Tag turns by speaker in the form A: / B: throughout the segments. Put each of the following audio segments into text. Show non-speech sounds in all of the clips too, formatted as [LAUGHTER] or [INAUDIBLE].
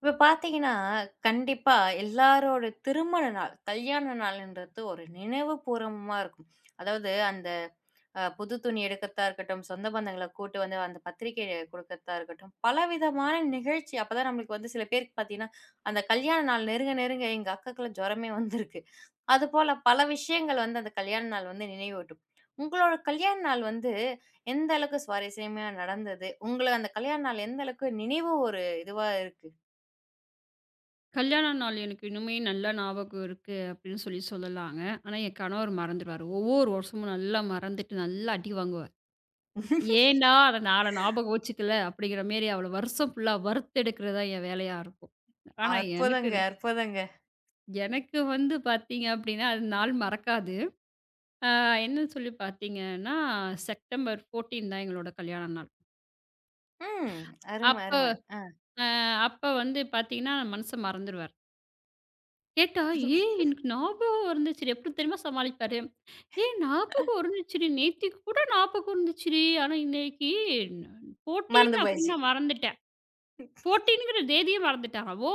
A: இப்ப பார்த்தீங்கன்னா, கண்டிப்பா எல்லாரோட திருமண நாள், கல்யாண நாள்ன்றது ஒரு நினைவுபூர்வமா இருக்கும். அதாவது அந்த புது துணி எடுக்கிறதா இருக்கட்டும், சொந்த பந்தங்கள கூட்டு வந்து அந்த பத்திரிக்கை குடுக்கிறதா இருக்கட்டும், பலவிதமான நிகழ்ச்சி. அப்பதான் நம்மளுக்கு வந்து சில பேருக்கு பார்த்தீங்கன்னா, அந்த கல்யாண நாள் நெருங்க நெருங்க எங்க அக்காக்குலாம் ஜுரமே வந்திருக்கு. அதுபோல பல விஷயங்கள் வந்து அந்த கல்யாண நாள் வந்து நினைவூட்டும். உங்களோட கல்யாண நாள் வந்து எந்த அளவுக்கு சுவாரஸ்யமா நடந்தது? உங்கள அந்த கல்யாண நாள் எந்த அளவுக்கு நினைவு ஒரு இதுவா இருக்கு?
B: கல்யாண நாள் எனக்கு இன்னுமே நல்லா ஞாபகம் இருக்கு அப்படின்னு சொல்லி சொல்லலாங்க. ஆனா, என் கணவர் மறந்துருவாரு. ஒவ்வொரு வருஷமும் நல்லா மறந்துட்டு நல்லா அடி வாங்குவார். "ஏன்டா அத நாள ஞாபகம் வச்சுக்கல?" அப்படிங்கிற மாரி அவள வருஷம் ஃபுல்லா வறுத்தெடுக்கிறது தான் என் வேலையா இருக்கும். ஆனா, எனக்கு
A: அற்புதங்க, அற்புதங்க.
B: எனக்கு வந்து பார்த்தீங்க அப்படின்னா, அது நாள் மறக்காது. ஆ, என்ன சொல்லி பார்த்தீங்கன்னா, செப்டம்பர் 14 தான் எங்களோட கல்யாண நாள்.
A: ம். அரும,
B: அப்ப
A: அரும. ஆ.
B: அ அப்ப வந்து பார்த்தீங்கன்னா, மனச மறந்துருவாரு. கேட்டா, "ஏய் எனக்கு ஞாபகம் இருந்துச்சுடி." எப்படி தெரியுமா சமாளிப்பாரு? "ஏய் ஞாபகம் இருந்துச்சுடி. நேத்திக்கு கூட ஞாபகம் இருந்துச்சுடி. ஆனா இன்னைக்கு ந
A: மறந்து
B: 14 அப்படின்னு
A: போயிருச்சு.
B: நான் மறந்துட்டேன். 14ங்கிற தேதிய மறந்துட்டாங்க. ஓ!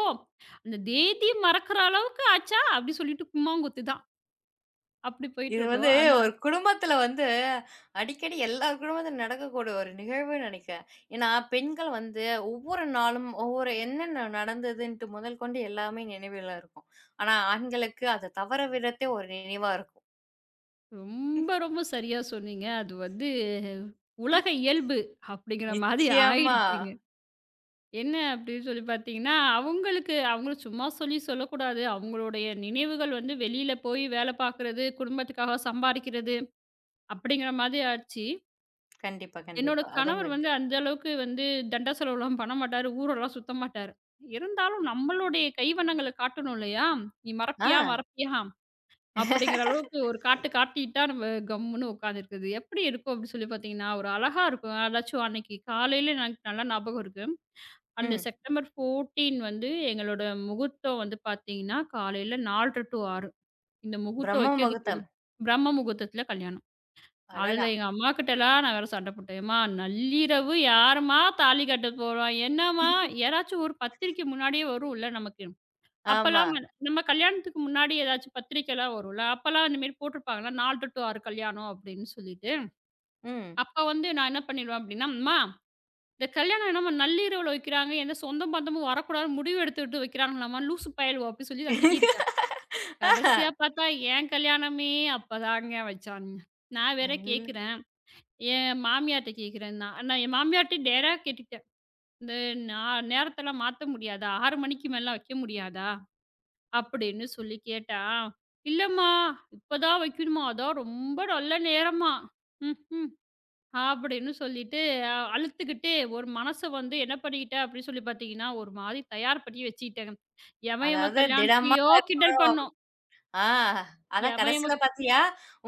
B: அந்த தேதிய மறக்கிற அளவுக்கு ஆச்சா?" அப்படி சொல்லிட்டு கும்மாங்குத்து தான். அப்படி
A: இது
B: போயிட்டுருக்கும்.
A: வந்து
B: ஆனா
A: ஒரு குடும்பத்துல வந்து அடிக்கடி எல்லார் குடும்பத்திலும் நடக்கக்கூடிய ஒரு நிகழ்வுன்னு நெனைக்கிறேன். ஏன்னா, பெண்கள் வந்து ஒவ்வொரு நாளும் ஒவ்வொரு என்னென்ன நடந்ததுன்ட்டு முதல் கொண்டு எல்லாமே நினைவில இருக்கும். ஆனா, ஆண்களுக்கு அத தவற விதத்தே ஒரு நினைவா இருக்கும்.
B: ரொம்ப, ரொம்ப சரியா சொன்னீங்க. அது வந்து உலக இயல்பு அப்படிங்கிற மாதிரி
A: நிச்சயமா.
B: ஆயிடுச்சுங்க. என்ன அப்படின்னு சொல்லி பார்த்தீங்கன்னா, அவங்களுக்கு அவங்கள சும்மா சொல்லி சொல்லக்கூடாது. அவங்களுடைய நினைவுகள் வந்து வெளியில போய் வேலை பார்க்குறது, குடும்பத்துக்காக சம்பாரிக்கிறது அப்படிங்கிற மாதிரி ஆச்சு.
A: கண்டிப்பா,
B: என்னோட
A: கண்டிப்பா. அதுவும்
B: கணவர்
A: இருக்கு.
B: வந்து அந்த அளவுக்கு வந்து தண்ட செலவுலாம் பண்ண மாட்டாரு. ஊரெல்லாம் சுத்த மாட்டாரு. இருந்தாலும் நம்மளுடைய கைவண்ணங்கள காட்டணும் இல்லையா? "நீ
A: ஆ.
B: மறப்பியா? மறப்பியா?" அப்படிங்கிற அளவுக்கு ஒரு காட்டு காட்டிட்டா நம்ம கம்முன்னு உட்காந்துருக்குது. எப்படி இருக்கும் அப்படின்னு சொல்லி பார்த்தீங்கன்னா, ஒரு அழகா இருக்கும். அதாச்சும் அன்னைக்கு காலையில எனக்கு நல்லா ஞாபகம் இருக்கு. அந்த
A: ம்.
B: செப்டம்பர் 14 வந்து எங்களோட முகூர்த்தம் வந்து பார்த்தீங்கன்னா, காலையில 4:30 to 6. இந்த முகூர்த்தம்
A: பிரம்ம
B: வைக்கிறதுக்கு ஒரு
A: முகூர்த்தம்.
B: பிரம்ம முகூர்த்தத்தில கல்யாணம்.
A: அடடா!
B: அதில எங்க அம்மாகிட்டலாம் நான் வேற சண்டை போட்டேன். "எம்மா நள்ளிரவு யாரும்மா தாலி கட்ட போறா? என்னம்மா யாராச்சும் ஒரு பத்திரிக்கை முன்னாடியே வரும்ல நமக்கு.
A: ஆமா.
B: அப்பலாம் வ நம்ம கல்யாணத்துக்கு முன்னாடி ஏதாச்சும் பத்திரிக்கைலாம் வரும்ல. அப்பலாம் இந்த மாரி போட்டிருப்பாங்களா 4:00 to 6 கல்யாணம்" அப்படின்னு சொல்லிட்டு.
A: ம்.
B: அப்ப வந்து நான் என்ன பண்ணிருவேன் அப்படின்னா, "அம்மா, இந்த கல்யாணம் என்னமோ நள்ளிரவுல வைக்கிறாங்க. எந்த சொந்த பந்தமும் வரக்கூடாதுன்னு முடிவு எடுத்துட்டு வைக்கிறாங்களாம்மா, லூசு பயலுவோ! அப்டி சொல்லி நான் திட்டியிருக்கேன்.
A: [LAUGHS] ஆ.
B: கடைசியா பார்த்தா என் கல்யாணமே அப்பதாங்க வச்சானுங்க. நான் வேற
A: என்
B: கேட்கிறேன். என் மாமியார்ட்ட கேட்கிறேன் நான். நான் என் மாமியார்ட்டயும் நேரா கேட்டுட்டேன். "இந்த நா நேரத்தெல்லாம் மாத்த முடியாதா? 6 மணிக்கு மேலலாம் வைக்க முடியாதா?" அப்படின்னு சொல்லி கேட்டா, "இல்லம்மா, இப்பதான் வைக்கணுமா, அதான் ரொம்ப நல்ல நேரமா." ம்ஹ்ம். அப்படின்னு சொல்லிட்டு அலுத்துக்கிட்டு ஒரு மனச வந்து என்ன பண்ணிக்கிட்டேன் அப்படின்னு சொல்லி பார்த்தீங்கன்னா, ஒரு மாரி தயார் பண்ணி வச்சுக்கிட்டேங்க. எவன் எவன்
A: அதாவது திடமா
B: கல்யாணத்தையோ கிண்டல் பண்ணோம்.
A: ஆ அதான்
B: எவன்
A: கடைசில
B: எவன்
A: பாத்தியா,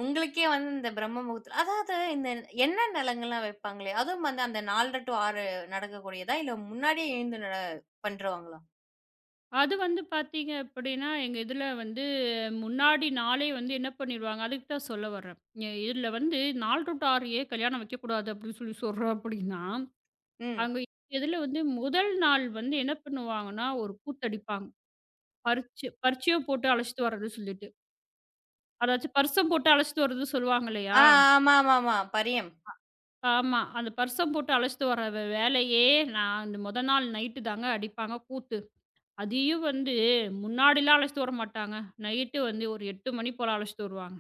A: உங்களுக்கே வந்து இந்த பிரம்ம முகூர்த்தம் அதாவது இந்த எண்ணெய் நிலங்கள்லாம் வைப்பாங்களே, அதுவும் வந்து அந்த 4:30 to 6 நடக்கக்கூடியதா? இல்ல முன்னாடியே எழுந்து பண்ருவாங்களா?
B: அது வந்து பார்த்தீங்க அப்படின்னா, எங்க இதில வந்து முன்னாடி நாளே வந்து என்ன பண்ணிருவாங்க, அதுக்கு தான் சொல்ல வர்றேன். இதில வந்து 4 டூ 6ஏ கல்யாணம் வைக்கக்கூடாது அப்படின்னு சொல்லி சொல்றோம் அப்படின்னா,
A: ம்.
B: அங்க இதில வந்து முதல் நாள் வந்து என்ன பண்ணுவாங்கன்னா, ஒரு கூத்தடிப்பாங்க. பரிட்சை பரிட்சையும் போட்டு அழைச்சிட்டு வர்றது சொல்லிட்டு. அதாச்சும் பரிட்சம் போட்டு அழைச்சிட்டு வர்றது சொல்லுவாங்க இல்லையா?
A: ஆ ஆமாமாமா. பரியம்.
B: ஆமா. அந்த பர்சம் போட்டு அழைச்சிட்டு வர வேலையே, நான் அந்த மொத நாள் நைட்டு தாங்க அடிப்பாங்க கூத்து. அதையும் வந்து முன்னாடிலாம் அழைச்சிட்டு வரமாட்டாங்க. நைட்டு வந்து ஒரு 8 மணி போல அழைச்சிட்டு வருவாங்க.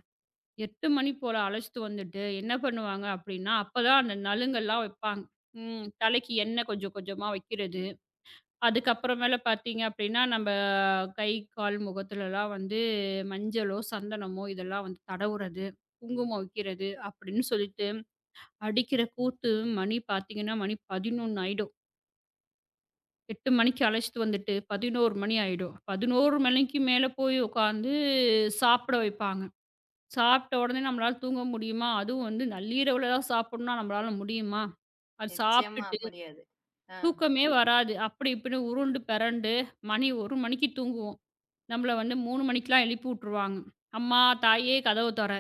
B: 8 மணி போல அழைச்சிட்டு வந்துட்டு என்ன பண்ணுவாங்க அப்டின்னா, அப்பதான் அந்த நலுங்கெல்லாம் வைப்பாங்க. ம். தலைக்கு எண்ணெய் கொஞ்சம் கொஞ்சமா வைக்கிறது. அதுக்கப்புறமேல பார்த்தீங்க அப்டின்னா, நம்ப கை, கால், முகத்துலலாம் வந்து மஞ்சளோ, சந்தனமோ இதெல்லாம் வந்து தடவுறது, குங்குமம் வைக்கிறது அப்டின்னு சொல்லிட்டு அடிக்கிற கூத்து மணி பார்த்தீங்கன்னா, மணி 11 ஆயிடும். 8 மணிக்கு அழைச்சிட்டு வந்துட்டு 11 மணி ஆயிடும். 11 மணிக்கு மேல போய் உட்காந்து சாப்பிட வைப்பாங்க. சாப்பிட்ட உடனே நம்மளால தூங்க முடியுமா? அதுவும் வந்து நள்ளிரவுல தான் சாப்பிடணும்னா நம்மளால முடியுமா? அது
A: நிச்சயமா
B: சாப்பிட்டுட்டு
A: முடியாது. ஆ.
B: தூக்கமே வராது. அப்படி இப்படின்னு உருண்டு பெரண்டு மணி 1 மணிக்கு தூங்குவோம். நம்மள வந்து 3 மணிக்கெல்லாம் எழுப்பி விட்டுருவாங்க. "அம்மா, தாயே கதவு தொற"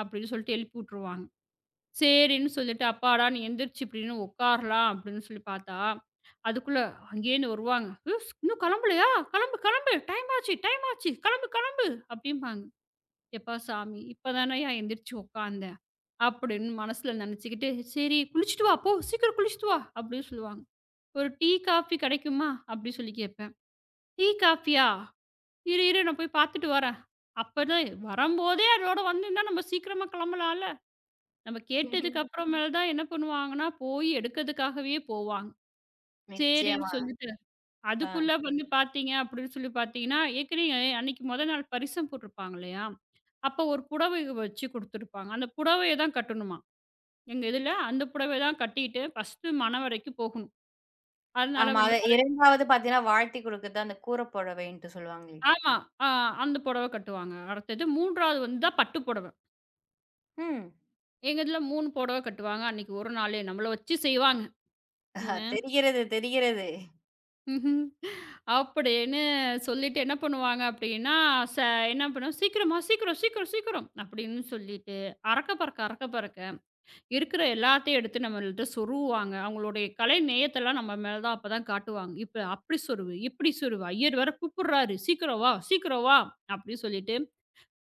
B: அப்படின்னு சொல்லிட்டு எழுப்பி விட்டுருவாங்க. சரின்னு சொல்லிட்டு, அப்பாடா! நீ எந்திரிச்சு இப்படின்னு உட்காரலாம் அப்படின்னு சொல்லி பார்த்தா, அதுக்குள்ள அங்கேருந்து வருவாங்க. "யூஸ் இன்னும் கிளம்பலையா? கிளம்பு, கிளம்பு. டைம் ஆச்சு, டைம் ஆச்சு. கிளம்பு, கிளம்பு" அப்படிம்பாங்க. "எப்பா சாமி! இப்பதானயா எந்திரிச்சு உட்காந்தேன்" அப்படின்னு மனசுல நினைச்சுக்கிட்டு, "சரி குளிச்சுட்டு வா போ. சீக்கிரம் குளிச்சுட்டு வா" அப்படின்னு சொல்லுவாங்க. "ஒரு டீ, காஃபி கிடைக்குமா?" அப்படி சொல்லி கேட்பேன். "டீ, காஃபியா? இரு, இரு, நான் போய் பார்த்துட்டு வரேன்." அப்பதான் வரும்போதே அதோட வந்திருந்தா நம்ம சீக்கிரமா கிளம்பலாம்ல. நம்ம கேட்டதுக்கு அப்புறமேல தான் என்ன பண்ணுவாங்கன்னா, போய் எடுக்கறதுக்காகவே போவாங்க. சரின்னு
A: நிச்சயமா.
B: சொல்லிட்டு,
A: ஆ.
B: அதுக்குள்ள வந்து பார்த்தீங்க அப்படின்னு சொல்லி பார்த்தீங்கன்னா, ஏற்கனவே அன்னைக்கு மொத நாள் பரிசம் போட்டிருப்பாங்க இல்லையா? அப்போ ஒரு புடவை வச்சு குடுத்துருப்பாங்க. அந்த புடவைய தான் கட்டணுமா. எங்க இதுல அந்த புடவைய தான் கட்டிட்டு ஃபர்ஸ்ட்டு மணவறைக்கு போகணும். அதனால
A: ஆமா.
B: வந்து
A: அது 2வது பாத்தீங்கன்னா, வாழ்த்தி குடுக்குறது அந்த கூர புடவைன்ட்டு சொல்லுவாங்களே.
B: ஆமா. ஆ, அந்த புடவை கட்டுவாங்க. அடுத்தது 3வது வந்து தான் பட்டு புடவை.
A: ம்.
B: எங்க இதுல 3 புடவை கட்டுவாங்க. அன்னைக்கு ஒரு நாளே நம்மள வச்சு செய்வாங்க.
A: ஆஹா, தெரிகிறது, தெரிகிறது.
B: [LAUGHS] ம்ஹ்ம். அப்படின்னு சொல்லிட்டு என்ன பண்ணுவாங்க அப்படின்னா, ச என்ன பண்ணுவோம், "சீக்கிரமா, சீக்கிரம், சீக்கிரம், சீக்கிரம்" அப்படின்னு சொல்லிட்டு, அறக்க பறக்க அறக்க பறக்க இருக்கிற எல்லாத்தையும் எடுத்து நம்மள்ட்ட சொருவுவாங்க. அவங்களுடைய கலை நேயத்தெல்லாம் நம்ம மேல தான் அப்ப தான் காட்டுவாங்க. "இப்ப அப்படி சொருவு, இப்படி சொருவு, ஐயர் வேற கூப்பிடுறாரு, சீக்கிரம் வா, சீக்கிரம் வா" அப்படின்னு சொல்லிட்டு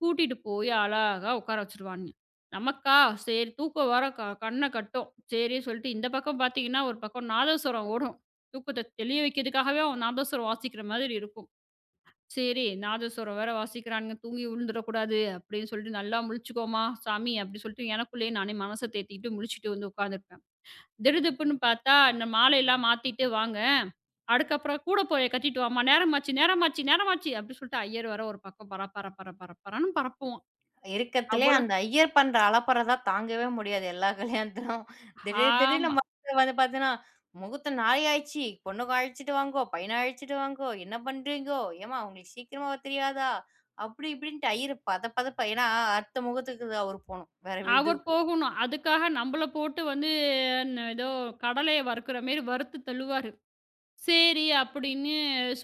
B: கூட்டிட்டு போய் அழகா உட்கார வச்சுருவானுங்க. நமக்கா, சரி தூக்கம் வேற கண்ண கட்டும். சரின்னு சொல்லிட்டு இந்த பக்கம் பார்த்தீங்கன்னா, ஒரு பக்கம் நாதஸ்வரம் ஓடும். தூக்கத்த தெளிய வைக்கிறதுக்காகவே அவன் நாதஸ்வரம் வாசிக்கிற மாதிரி இருக்கும். சரி, நாதஸ்வரம் வேற வாசிக்கிறானுங்க, தூங்கி விழுந்துடக்கூடாது அப்படின்னு சொல்லிட்டு, "நல்லா முழிச்சுக்கோமா சாமி" அப்படி சொல்லிட்டு எனக்குள்ளேயே நானே மனச தேத்திக்கிட்டு முழிச்சுட்டு வந்து உட்காந்துருப்பேன். திடுதிப்புன்னு பார்த்தா, இந்த மாலையெல்லாம் மாத்திட்டு வாங்க, அதுக்கப்புறம் கூட போய கட்டிட்டு வாம்மா, நேரமாச்சு நேரமாச்சு நேரமாச்சு அப்படின்னு சொல்லிட்டு ஐயர் வேற ஒரு பக்கம் பர பர பர பர பரன்னு பரப்புவான்.
A: இருக்கத்திலே
B: அவ்வளோ
A: அந்த ஐயர் பண்ற அலப்பற தான் தாங்கவே முடியாது எல்லா கல்யாணத்திலும். திடீர் திடீர்னு
B: ஆமா.
A: மாப்பிள வந்து பார்த்தீங்கன்னா, "முகூர்த்த நாளை ஆயிடுச்சு. பொண்ணுக்கு அழைச்சிட்டு வாங்கோ, பையன அழைச்சிட்டு வாங்கோ. என்ன பண்றீங்கோ? ஏம்மா உங்களுக்கு சீக்கிரமா தெரியாதா?" அப்படி இப்படின்ட்டு ஐயரு பத பதப்பா ஏன்னா அடுத்த முகூர்த்தத்துக்கு அவரு போணும். வேற
B: அவர்
A: இதுக்கு.
B: போகணும். அதுக்காக நம்மள போட்டு வந்து ஏதோ கடலைய வறுக்கிற மாரி வறுத்து தள்ளுவாரு. சரி அப்படின்னு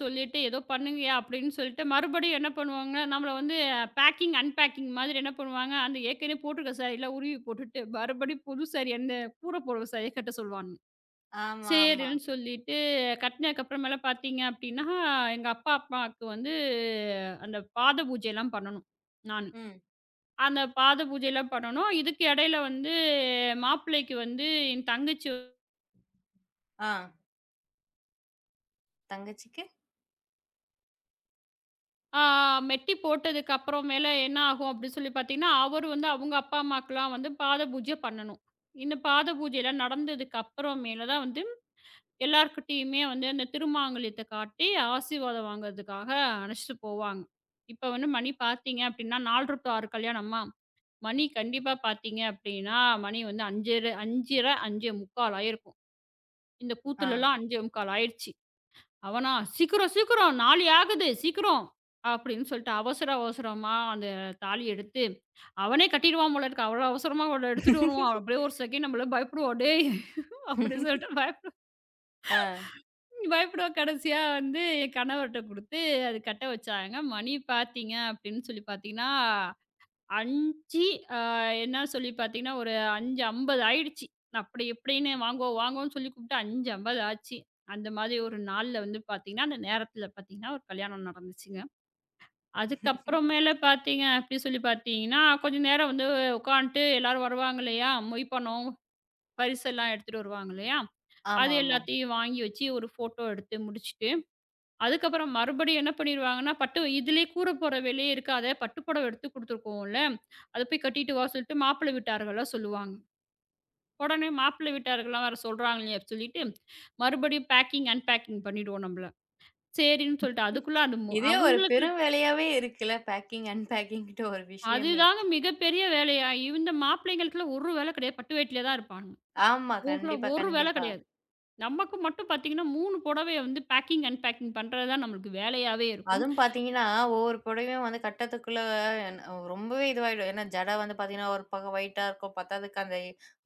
B: சொல்லிட்டு, ஏதோ பண்ணுங்கயா அப்படின்னு சொல்லிட்டு, மறுபடியும் என்ன பண்ணுவாங்க, நம்மள வந்து பேக்கிங், அன்பேக்கிங் மாதிரி என்ன பண்ணுவாங்க, அந்த ஏற்கனவே போட்டிருக்க சாரியெல்லாம் உருவி போட்டுட்டு, மறுபடியும் புது சாரி அந்த கூட போடுற சாரிய கட்ட சொல்லுவானுங்க.
A: ஆமாமா.
B: சரின்னு சொல்லிட்டு கட்டினதுக்கப்புறமேல பார்த்தீங்க அப்படின்னா, எங்க அப்பா, அம்மாவுக்கு வந்து அந்த பாத பூஜைலாம் பண்ணணும். நான்
A: ம்.
B: அந்த பாத பூஜைலாம் பண்ணணும். இதுக்கு இடையில வந்து மாப்பிள்ளைக்கு வந்து என் தங்கச்சி
A: ஆ. தங்கச்சிக்கு?
B: ஆ, மெட்டி போட்டதுக்கு அப்புறம் மேல என்ன ஆகும் அப்படின்னு சொல்லி பார்த்தீங்கன்னா, அவரு வந்து அவங்க அப்பா, அம்மாக்கெல்லாம் வந்து பாத பூஜை பண்ணணும். இந்த பாத பூஜைலாம் நடந்ததுக்கு அப்புறம் மேல தான் வந்து எல்லார்கிட்டயுமே வந்து அந்த திருமாங்கல்யத்த காட்டி ஆசீர்வாதம் வாங்குறதுக்காக அழைச்சிட்டு போவாங்க. இப்ப வந்து மணி பார்த்தீங்க அப்படின்னா 4 டூ 6 கல்யாணமா, மணி கண்டிப்பா பார்த்தீங்க அப்படின்னா, மணி வந்து 5:30, 5 1/4 ஆயிருக்கும். இந்த
A: ஆ.
B: கூத்துலலாம் 5 1/4 ஆயிருச்சு. அவனா, "சீக்கிரம், சீக்கிரம் 4 ஆகுது சீக்கிரம்" அப்படின்னு சொல்லிட்டு அவசர அவசரமா அந்த தாலிய எடுத்து, அவனே கட்டிடுவான் போல இருக்கு. அவ்வளோ அவசரமா அவன எடுத்துட்டு வருவான். அப்படியே ஒரு செகண்ட் நம்மள பயப்படுவோம். "டேய்" அப்படின்னு
A: [LAUGHS]
B: சொல்லிட்டு
A: ஆ.
B: பயப்படுவோம். கடைசியா வந்து என் கணவர்ட்ட குடுத்து அது கட்ட வச்சாங்க. மணி பார்த்தீங்க அப்படின்னு சொல்லி பார்த்தீங்கன்னா 5 அ என்ன சொல்லி பார்த்தீங்கன்னா, ஒரு 5:50 ஆயிடுச்சு. அப்படி இப்படின்னு வாங்கோ வாங்கோன்னு சொல்லி கூப்பிட்டு 5:50 ஆச்சு. அந்த மாதிரி ஒரு நாள்ல வந்து பார்த்தீங்கன்னா, அந்த நேரத்தில பார்த்தீங்கன்னா, ஒரு கல்யாணம் நடந்துச்சுங்க. அதுக்கப்புறமேல பார்த்தீங்க அப்படி சொல்லி பார்த்தீங்கன்னா, கொஞ்ச நேரம் வந்து உட்காந்துட்டு எல்லாரும் வருவாங்க இல்லையா? மொய் பணம், பரிசெல்லாம் எடுத்துட்டு வருவாங்க இல்லையா? அது
A: ஆமாமா.
B: எல்லாத்தையும் வாங்கி வச்சு ஒரு ஃபோட்டோ எடுத்து முடிச்சுட்டு அதுக்கப்புறம் மறுபடியும் என்ன பண்ணிருவாங்கன்னா, பட்டு இதிலேயே கூற போற வேலையே இருக்காத, பட்டு புடவ எடுத்து குடுத்துருக்கோம்ல, அத போய் கட்டிட்டு வா சொல்லிட்டு மாப்பிள்ளை வீட்டார்கள்லாம் சொல்லுவாங்க. உடனே மாப்பிள்ளை வீட்டார்கள்லாம் வேற சொல்றாங்களே அப்படி சொல்லிட்டு, மறுபடியும் பேக்கிங், அன்பேக்கிங் பண்ணிடுவோம் நம்பள. சரின்னு சொல்லிட்டு அதுக்குள்ள அது
A: இதே ஒரு
B: அவங்களுக்கு
A: பெரும் வேலையாவே இருக்குல்ல பேக்கிங், அன்பேக்கிங்ன்ட்டு ஒரு விஷயமே.
B: அதுதாங்க மிகப்பெரிய வேலையா. இந்த மாப்பிள்ளைங்களுக்குலாம் ஒரு வேலை கிடையாது. பட்டு வேட்டியில தான் இருப்பானுங்க.
A: ஆமா.
B: அவங்களுக்குலாம்
A: கண்டிப்பா,
B: ஒரு வேலை
A: கண்டிப்பா.
B: கிடையாது. நமக்கு மட்டும் பார்த்தீங்கன்னா, 3 புடவைய வந்து பேக்கிங், அன்பேக்கிங் பண்றது தான் நம்மளுக்கு வேலையாவே இருக்கும்.
A: அதுவும் பார்த்தீங்கன்னா, ஒவ்வொரு புடவையும் வந்து கட்டத்துக்குள்ள அ ரொம்பவே இதுவாயிடும். ஏன்னா, ஜடை வந்து பார்த்தீங்கன்னா, ஒரு பக்கம் ஒயிட்டா இருக்கும். பத்தாததுக்கு அந்த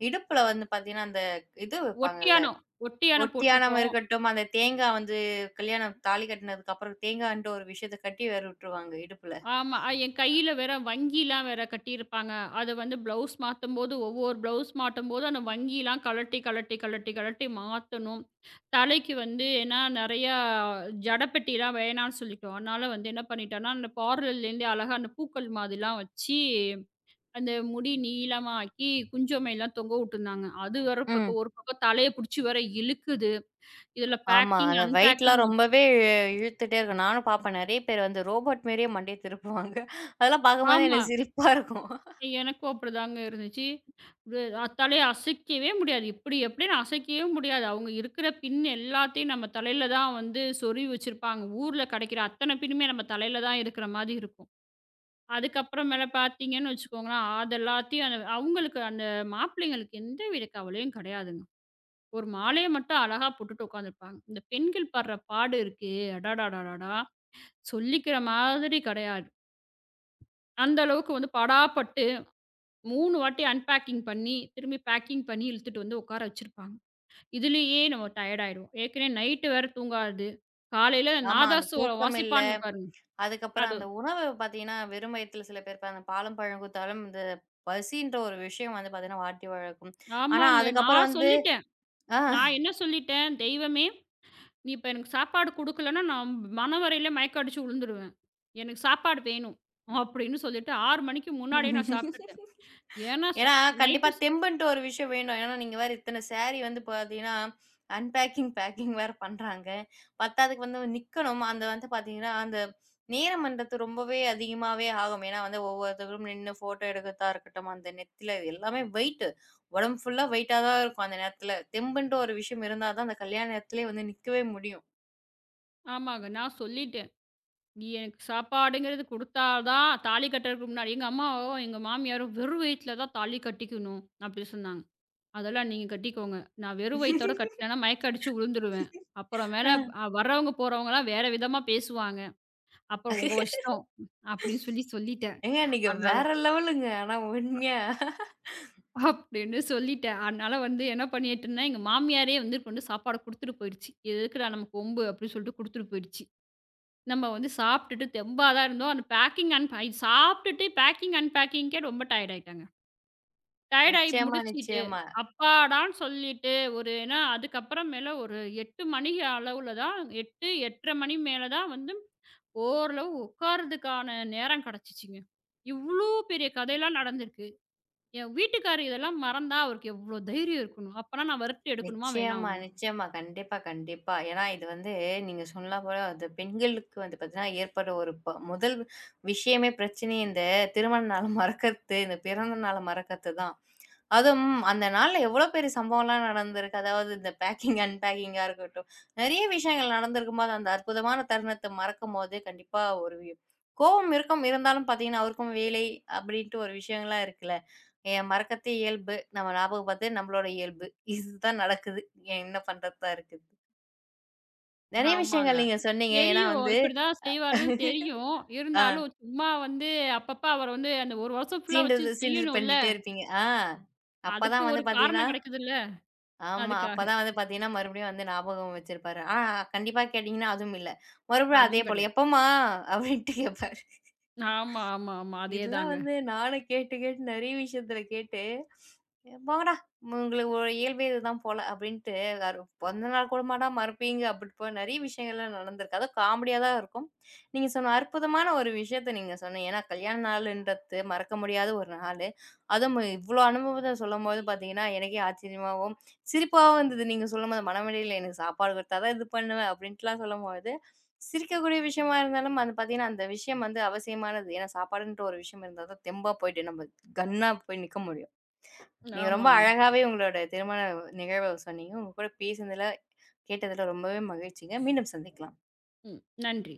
A: இடுப்புல வந்து பார்த்தீங்கன்னா, அந்த இது வைப்பாங்கல்ல.
B: ஒட்டியாணம். ஒட்டியாணம்
A: ஒட்டியாணம்
B: போட்டிருப்போம்.
A: இருக்கட்டும், அந்த தேங்காய் வந்து கல்யாணம் தாலி கட்டினதுக்கு அப்புறம் தேங்காய்ன்ற ஒரு விஷயத்த கட்டி வேற விட்டுருவாங்க இடுப்புல.
B: ஆமா. என் கையில வேற வங்கிலாம் வேற கட்டியிருப்பாங்க. அது வந்து ப்ளவுஸ் மாத்தும்போது, ஒவ்வொரு ப்ளவுஸ் மாட்டும்போது, அந்த வங்கிலாம் கழட்டி, கழட்டி, கழட்டி, கழட்டி மாத்தணும். தலைக்கு வந்து ஏன்னா நெறையா ஜடப்பெட்டிலாம் வேணான்னு சொல்லிட்டோம். அதனால வந்து என்ன பண்ணிட்டோன்னா, அந்த பார்லர்லேருந்தே அழகா அந்த பூக்கள் மாதிரிலாம் வச்சு, அந்த முடி நீளமா ஆக்கி, குஞ்சமைலாம் தொங்க விட்டுருந்தாங்க. அது வேற
A: ம்.
B: பக்கம் ஒரு பக்கம் தலைய புடிச்சு வேற இழுக்குது. இதில
A: ஆமா.
B: பேக்கிங்,
A: அந்த வெயிட்லாம்
B: அன்பேக்கிங்.
A: ரொம்பவே இழுத்துட்டே இருக்கும். நானும் பார்ப்பேன். நெறைய பேர் வந்து ரோபோட் மாரியே மண்டைய திருப்புவாங்க. அதெல்லாம் பார்க்கும்போது
B: ஆமா.
A: எனக்கு சிரிப்பா இருக்கும்.
B: எனக்கும் அப்படிதாங்க இருந்துச்சு. இது தலைய அசைக்கவே முடியாது. இப்படி எப்படின்னு அசைக்கவே முடியாது. அவங்க இருக்கிற பின் எல்லாத்தையும் நம்ம தலையில தான் வந்து சொருவி வச்சிருப்பாங்க. ஊர்ல கிடைக்கிற அத்தன பின்னுமே நம்ம தலையில தான் இருக்கிற மாதிரி இருக்கும். அதுக்கப்புறமேல பார்த்தீங்கன்னு வச்சுக்கோங்களேன், அதெல்லாத்தையும் அந்த அவங்களுக்கு அந்த மாப்பிள்ளைங்களுக்கு எந்தவித கவலையும் கிடையாதுங்க. ஒரு மாலைய மட்டும் அழகா போட்டுட்டு உட்காந்துருப்பாங்க. இந்த பெண்கள் படுற பாடு இருக்கே! அடடடடடா! சொல்லிக்கிற மாதிரி கிடையாது. அந்த அளவுக்கு வந்து படாப்பட்டு 3 வாட்டி அன்பேக்கிங் பண்ணி, திரும்பி பேக்கிங் பண்ணி இழுத்துட்டு வந்து உட்கார வச்சிருப்பாங்க. இதுலயே நம்ம டயர்ட் ஆயிடுவோம். ஏற்கனவே நைட்டு வேற தூங்காது. காலையில
A: ஆமா. அந்த
B: நாதஸ்வரம்
A: தூக்கம் இல்ல.
B: வாசிப்பானுங்க பாருங்க.
A: அதுக்கப்புறம்
B: அது
A: அந்த உணவு பார்த்தீங்கன்னா, வெறும் வயித்துல சில பேர் அந்த பாலும், பழம் குடுத்தாலும் இந்த பசின்ற ஒரு விஷயம் வந்து பார்த்தீங்கன்னா வாட்டி வழக்கும். ஆனா
B: ஆமாங்க.
A: அதுக்கப்புறம்
B: நான்
A: வந்து
B: சொல்லிட்டேன்.
A: ஆ.
B: நான் என்ன சொல்லிட்டேன், "தெய்வமே, நீ இப்ப எனக்கு சாப்பாடு குடுக்கலன்னா, நான் மணவறையில மயக்கம் அடிச்சு விழுந்துருவேன். எனக்கு சாப்பாடு வேணும்." அப்படின்னு சொல்லிட்டு 6 மணிக்கு முன்னாடியே நான் சாப்பிட்டுட்டேன். ஏன்னா, ச
A: ஏன்னா, கண்டிப்பா
B: நைட்டு ஸ்
A: தெம்புன்ட்டு ஒரு விஷயம் வேணும். ஏன்னா, நீங்க வேற இத்தன சாரி வந்து பாத்தீங்கன்னா, அன்பேக்கிங், பேக்கிங் வேற பண்றாங்க. பத்தாததுக்கு வந்து நிக்கணும். அந்த வந்து பாத்தீங்கன்னா, அந்த நேரம்ன்றது ரொம்பவே அதிகமாவே ஆகும். ஏன்னா வந்து ஒவ்வொருத்தரும் நின்னு ஃபோட்டோ எடுக்கிறதா இருக்கட்டும், அந்த நெத்தில இது எல்லாமே வெயிட்டு. உடம்பு ஃபுல்லா வெயிட்டா தான் இருக்கும் அந்த நேரத்துல. தெம்புன்ட்டு ஒரு விஷயம் இருந்தா தான் அந்த கல்யாண நேரத்திலே வந்து நிக்கவே முடியும்.
B: ஆமாங்க. நான் சொல்லிட்டேன். நீ எனக்கு சாப்பாடுங்கிறது குடுத்தா தான் தாலி கட்டுறதுக்கு முன்னாடி எங்க அம்மாவோ, எங்க மாமியாரோ "வெறும் வயித்துல தான் தாலி கட்டிக்கணும்" அப்படி சொன்னாங்க. "அதெல்லாம் நீங்க கட்டிக்கோங்க. நான் வெறும் வயித்தோட கட்டலன்னா மயக்கம் அடிச்சு விழுந்துருவேன். அப்புறமேல
A: அ.
B: வர்றவங்க, போறவங்கலாம் வேற விதமா பேசுவாங்க. அப்புறம் உங்க இஷ்டம்" அப்படின்னு சொல்லி சொல்லிட்டேன்.
A: ஏங்க நீங்க
B: அதனால
A: வேற லெவலுங்க. ஆனா உண்மையா.
B: அப்படின்னு சொல்லிட்டேன். அதனால வந்து என்ன பண்ணிட்டேன்னா, எங்க மாமியாரே வந்து கொண்டு சாப்பாடு குடுத்துட்டு போயிடுச்சு. "இது எதுக்குடா நமக்கு வம்பு" அப்படின்னு சொல்லிட்டு குடுத்துட்டு போயிடுச்சு. நம்ம வந்து சாப்பிட்டுட்டு தெம்பா தான் இருந்தோம். அந்த பேக்கிங் சாப்பிட்டுட்டு பேக்கிங், அன்பேக்கிங்க்கே ரொம்ப டயர்ட் ஆயிட்டாங்க. டயர்ட் ஆயி
A: நிச்சயமா,
B: முடிச்சிட்டு,
A: நிச்சயமா.
B: அப்பாடான்னு சொல்லிட்டு ஒரு ஏன்னா அதுக்கப்புறமேல ஒரு 8 மணி அளவுல தான் 8, 8:30 மணி மேல தான் வந்து ஓரளவு உட்கார்றதுக்கான நேரம் கிடைச்சுச்சுங்க. இவ்ளோ பெரிய கதையெல்லாம் நடந்திருக்கு. என் வீட்டுக்காரர் இதெல்லாம் மறந்தா அவருக்கு எவ்ளோ தைரியம் இருக்கணும்? அப்பன்னா நான் வறுத்து எடுக்கணுமா?
A: நிச்சயமா,
B: வேணாமா?
A: நிச்சயமா. கண்டிப்பா, கண்டிப்பா. ஏன்னா இது வந்து நீங்க சொன்னா போல அது பெண்களுக்கு வந்து பார்த்தீங்கன்னா, ஏற்படுற ஒரு ப முதல் விஷயமே பிரச்சனையே இந்த திருமண நாள மறக்கறது, இந்த பிறந்த நாள மறக்கறது தான். அதுவும் அந்த நாள்ல எவ்வளோ பெரிய சம்பவம்லாம் நடந்திருக்கு. அதாவது இந்த பேக்கிங், அன்பேக்கிங்கா இருக்கட்டும். நெறைய விஷயங்கள் நடந்திருக்கும்போது, அந்த அற்புதமான தருணத்த மறக்கும்போது கண்டிப்பா ஒரு கோவம் இருக்கும். இருந்தாலும் பார்த்தீங்கன்னா, அவருக்கும் வேலை அப்படின்ட்டு ஒரு விஷயங்கள்லாம் இருக்குல்ல. என் மறக்கத்தே இயல்பு. நம்ம ஞாபகப்படுத்துறது நம்மளோட இயல்பு. இதுதான் நடக்குது. ஏன் என்ன பண்றதா இருக்குது. நெறைய
B: ஆமாங்க.
A: விஷயங்கள் நீங்க சொன்னீங்க. ஏன்னா
B: தெரியும்.
A: வந்து
B: இப்படிதான் செய்வாருன்னு தெரியும்.
A: ஆ
B: இருந்தாலும் சும்மா வந்து அப்பப்ப அவர வந்து அந்த 1 வருஷம் ஃபுல்லா வச்சு
A: சீண்டுறது சீண்டுது
B: செய்யணும்ல.
A: பண்ணிட்டே இருப்பீங்க. ஆ
B: அதுக்கு
A: அப்பதான் வந்து
B: ஒரு
A: பார்த்தீங்கன்னா,
B: காரணம் கிடைக்குதுல்ல.
A: ஆமா.
B: அதுக்காக.
A: அப்பதான் வந்து பார்த்தீங்கன்னா, மறுபடியும் வந்து ஞாபகம் வச்சிருப்பாரு. ஆனா, கண்டிப்பா கேட்டீங்கன்னா, அதுவும் இல்ல. மறுபடியும் அதே
B: அதுவும்
A: போல
B: கிடையாது.
A: எப்பம்மா? அப்படின்ட்டு கேட்பேன்.
B: ஆமா, ஆமா, ஆமா.
A: இதெல்லாம்
B: அதேதாங்க.
A: வந்து நானும் கேட்டு, கேட்டு நெறைய விஷயத்துல கேட்டு, "ஏ, "போங்கடா உங்களுக்கு ஒரு இயல்பே இதுதான் போல" அப்படின்ட்டு "வேற பொறந்த நாள் கூடமாடா மறப்பீங்க" அப்படி போய் நெறைய விஷயங்கள்லாம் நடந்திருக்கு. அதுவும் காமெடியா தான் இருக்கும். நீங்க சொன்ன அற்புதமான ஒரு விஷயத்த நீங்க சொன்னீங்க. ஏன்னா கல்யாண நாளுன்றது மறக்க முடியாத ஒரு நாளு. அதுவும் இவ்ளோ அனுபவத்த சொல்லும்போது பார்த்தீங்கன்னா, எனக்கே ஆச்சரியமாவும், சிரிப்பாவும் இருந்தது. நீங்க சொல்லும்போது, "மனமேடையில எனக்கு சாப்பாடு குடுத்தா தான் இது பண்ணுவேன்" அப்படின்ட்டுலாம் சொல்லும்போது சிரிக்கக்கூடிய விஷயமா இருந்தாலும் அது பார்த்தீங்கன்னா, அந்த விஷயம் வந்து அவசியமானது. ஏன்னா, சாப்பாடுன்ற ஒரு விஷயம் இருந்தா தான் தெம்பா போயிட்டு நம்ம கன்னா போய் நிக்க முடியும். நீங்க ரொம்ப
B: ஆமாங்க.
A: அழகாவே உங்களோட திருமண நிகழ்வ சொன்னீங்க. உங்க கூட பேசினதுல, கேட்டதுல ரொம்பவே மகிழ்ச்சிங்க. மீண்டும் சந்திக்கலாம்.
B: ம். நன்றி.